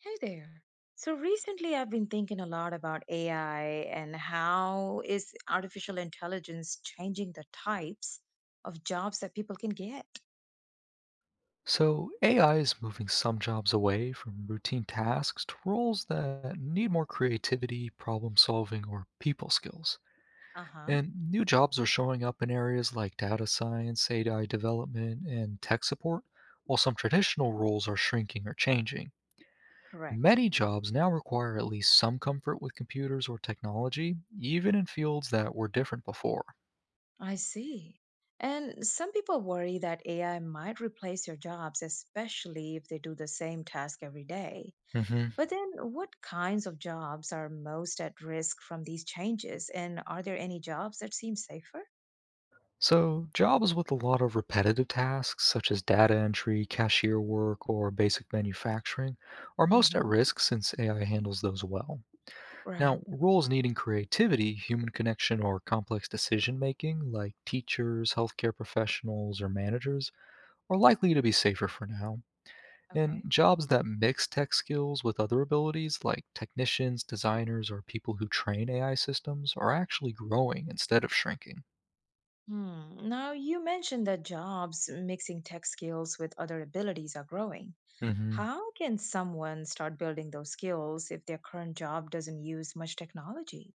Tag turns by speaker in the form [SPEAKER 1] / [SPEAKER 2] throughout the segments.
[SPEAKER 1] Hey there. So recently I've been thinking a lot about AI and how is artificial intelligence changing the types of jobs that people can get?
[SPEAKER 2] So, AI is moving some jobs away from routine tasks to roles that need more creativity, problem solving, or people skills.
[SPEAKER 1] Uh-huh.
[SPEAKER 2] And new jobs are showing up in areas like data science, AI development, and tech support, while some traditional roles are shrinking or changing. And
[SPEAKER 1] Correct.
[SPEAKER 2] many jobs now require at least some comfort with computers or technology, even in fields that were different before.
[SPEAKER 1] I see. And some people worry that AI might replace your jobs, especially if they do the same task every day.
[SPEAKER 2] Mhm.
[SPEAKER 1] But then what kinds of jobs are most at risk from these changes? And are there any jobs that seem safer?
[SPEAKER 2] So, jobs with a lot of repetitive tasks, such as data entry, cashier work, or basic manufacturing, are most at
[SPEAKER 1] Mm-hmm.
[SPEAKER 2] risk since AI handles those well.
[SPEAKER 1] Right.
[SPEAKER 2] Now, roles needing creativity, human connection, or complex decision making, like teachers, healthcare professionals, or managers, are likely to be safer for now. And
[SPEAKER 1] Okay.
[SPEAKER 2] jobs that mix tech skills with other abilities, like technicians, designers, or people who train AI systems, are actually growing instead of shrinking.
[SPEAKER 1] Hmm. Now, you mentioned that jobs mixing tech skills with other abilities are growing.
[SPEAKER 2] Mhm.
[SPEAKER 1] How can someone start building those skills if their current job doesn't use much technology?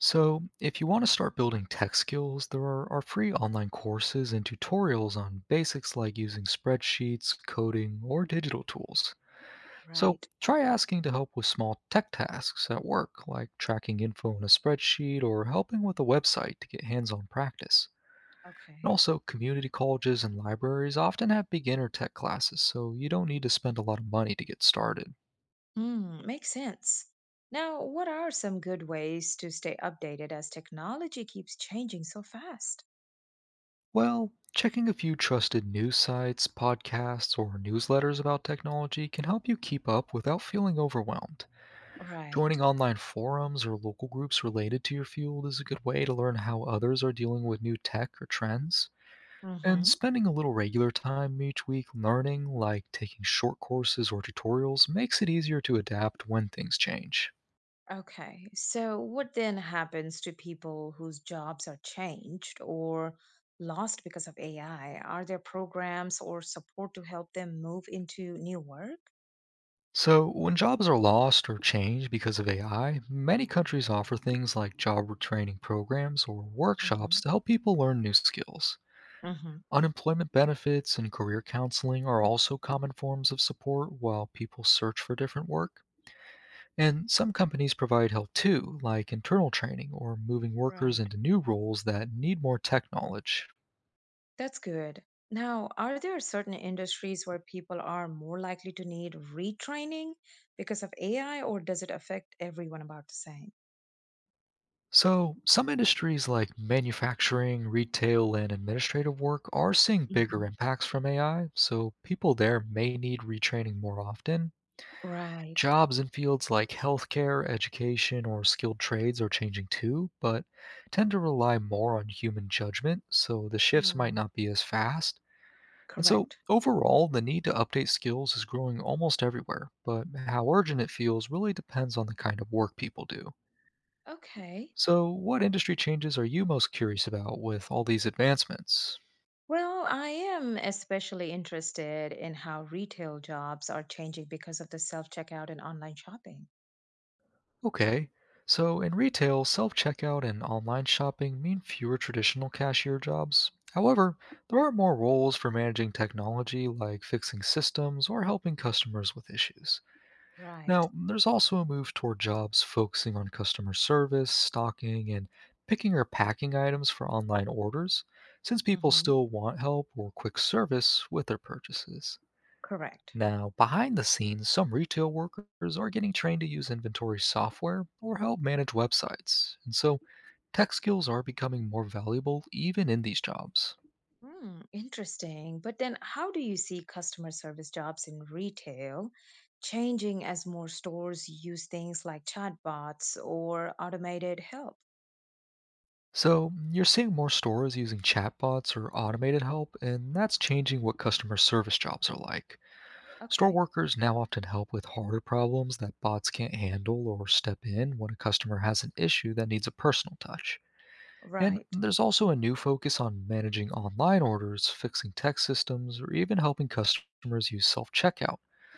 [SPEAKER 2] So, if you want to start building tech skills, there are free online courses and tutorials on basics like using spreadsheets, coding, or digital tools. So,
[SPEAKER 1] Right.
[SPEAKER 2] try asking to help with small tech tasks at work, like tracking info in a spreadsheet or helping with a website to get hands on practice. And
[SPEAKER 1] Okay.
[SPEAKER 2] also, community colleges and libraries often have beginner tech classes, so you don't need to spend a lot of money to get started.
[SPEAKER 1] Hmm, makes sense. Now, what are some good ways to stay updated as technology keeps changing so fast?
[SPEAKER 2] Well, checking a few trusted news sites, podcasts, or newsletters about technology can help you keep up without feeling overwhelmed.
[SPEAKER 1] Right.
[SPEAKER 2] Joining online forums or local groups related to your field is a good way to learn how others are dealing with new tech or trends. And
[SPEAKER 1] Mm-hmm.
[SPEAKER 2] spending a little regular time each week learning, like taking short courses or tutorials, makes it easier to adapt when things change.
[SPEAKER 1] Okay. So, what then happens to people whose jobs are changed or lost because of AI? Are there programs or support to help them move into new work?
[SPEAKER 2] So, when jobs are lost or changed because of AI, many countries offer things like job training programs or workshops
[SPEAKER 1] Hmm.
[SPEAKER 2] to help people learn new skills.
[SPEAKER 1] Hmm.
[SPEAKER 2] Unemployment benefits and career counseling are also common forms of support while people search for different work. And some companies provide help too, like internal training or moving workers
[SPEAKER 1] Right.
[SPEAKER 2] into new roles that need more tech knowledge.
[SPEAKER 1] That's good. Now, are there certain industries where people are more likely to need retraining because of AI, or does it affect everyone about the same?
[SPEAKER 2] So, some industries like manufacturing, retail, and administrative work are seeing bigger
[SPEAKER 1] Hmm.
[SPEAKER 2] impacts from AI, so people there may need retraining more often.
[SPEAKER 1] Right.
[SPEAKER 2] Jobs in fields like healthcare, education, or skilled trades are changing too, but tend to rely more on human judgment, so the shifts might
[SPEAKER 1] Hmm.
[SPEAKER 2] not be as fast. And so,
[SPEAKER 1] Correct.
[SPEAKER 2] overall, the need to update skills is growing almost everywhere, but how urgent it feels really depends on the kind of work people do.
[SPEAKER 1] Okay.
[SPEAKER 2] So, what industry changes are you most curious about with all these advancements?
[SPEAKER 1] Well, I am especially interested in how retail jobs are changing because of the self-checkout and online shopping.
[SPEAKER 2] Okay, so in retail, self checkout and online shopping mean fewer traditional cashier jobs. However, there are more roles for managing technology like fixing systems or helping customers with issues.
[SPEAKER 1] Right.
[SPEAKER 2] Now, there's also a move toward jobs focusing on customer service, stocking, and picking or packing items for online orders, since people still
[SPEAKER 1] Hmm.
[SPEAKER 2] want help or quick service with their purchases.
[SPEAKER 1] Correct.
[SPEAKER 2] Now, behind the scenes, some retail workers are getting trained to use inventory software or help manage websites. And so, tech skills are becoming more valuable even in these jobs.
[SPEAKER 1] Hmm, interesting. But then, how do you see customer service jobs in retail changing as more stores use things like chatbots or automated help?
[SPEAKER 2] So, you're seeing more stores using chatbots or automated help, and that's changing what customer service jobs are like. Store
[SPEAKER 1] Okay.
[SPEAKER 2] workers now often help with harder problems that bots can't handle or step in when a customer has an issue that needs a personal touch. And
[SPEAKER 1] Right.
[SPEAKER 2] there's also a new focus on managing online orders, fixing tech systems, or even helping customers use self checkout.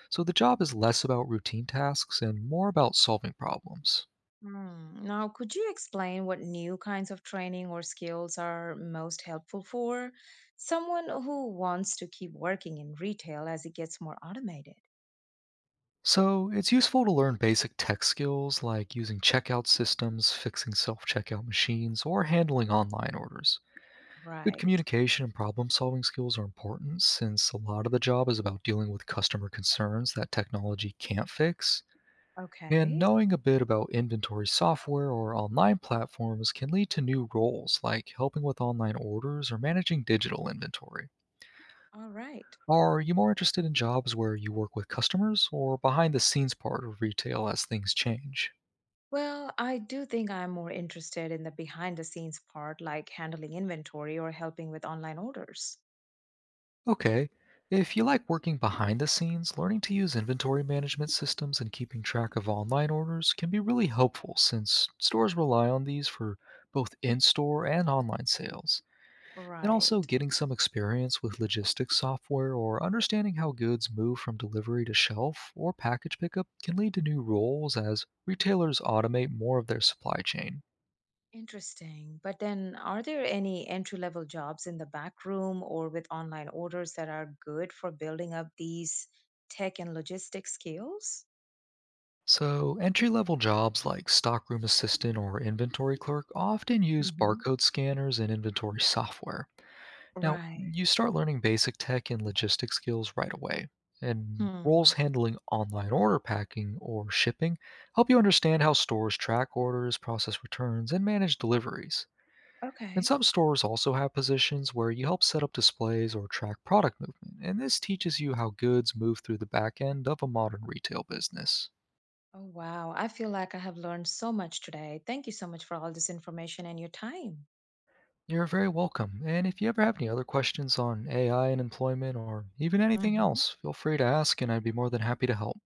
[SPEAKER 2] So the job is less about routine tasks and more about solving problems.
[SPEAKER 1] Hmm. Now, could you explain what new kinds of training or skills are most helpful for someone who wants to keep working in retail as it gets more automated?
[SPEAKER 2] So it's useful to learn basic tech skills like using checkout systems, fixing self checkout machines, or handling online orders. Good
[SPEAKER 1] Right.
[SPEAKER 2] communication and problem solving skills are important since a lot of the job is about dealing with customer concerns that technology can't fix. And
[SPEAKER 1] Okay.
[SPEAKER 2] knowing a bit about inventory software or online platforms can lead to new roles like helping with online orders or managing digital inventory.
[SPEAKER 1] All right.
[SPEAKER 2] Are you more interested in jobs where you work with customers or behind the scenes part of retail as things change?
[SPEAKER 1] Well, I do think I'm more interested in the behind the scenes part, like handling inventory or helping with online orders.
[SPEAKER 2] Okay, if you like working behind the scenes, learning to use inventory management systems and keeping track of online orders can be really helpful since stores rely on these for both in store and online sales. And also,
[SPEAKER 1] Right.
[SPEAKER 2] getting some experience with logistics software or understanding how goods move from delivery to shelf or package pickup can lead to new roles as retailers automate more of their supply chain.
[SPEAKER 1] Interesting. But then, are there any entry-level jobs in the back room or with online orders that are good for building up these tech and logistics skills?
[SPEAKER 2] So, entry level jobs like stockroom assistant or inventory clerk often use
[SPEAKER 1] Hmm.
[SPEAKER 2] barcode scanners and inventory software. Now,
[SPEAKER 1] Right.
[SPEAKER 2] you start learning basic tech and logistics skills right away. And roles
[SPEAKER 1] Hmm.
[SPEAKER 2] handling online order packing or shipping help you understand how stores track orders, process returns, and manage deliveries. And
[SPEAKER 1] Okay.
[SPEAKER 2] some stores also have positions where you help set up displays or track product movement, and this teaches you how goods move through the back end of a modern retail business.
[SPEAKER 1] Oh, wow. I feel like I have learned so much today. Thank you so much for all this information and your time.
[SPEAKER 2] You're very welcome. And if you ever have any other questions on AI and employment or even anything
[SPEAKER 1] Hmm.
[SPEAKER 2] else, feel free to ask and I'd be more than happy to help.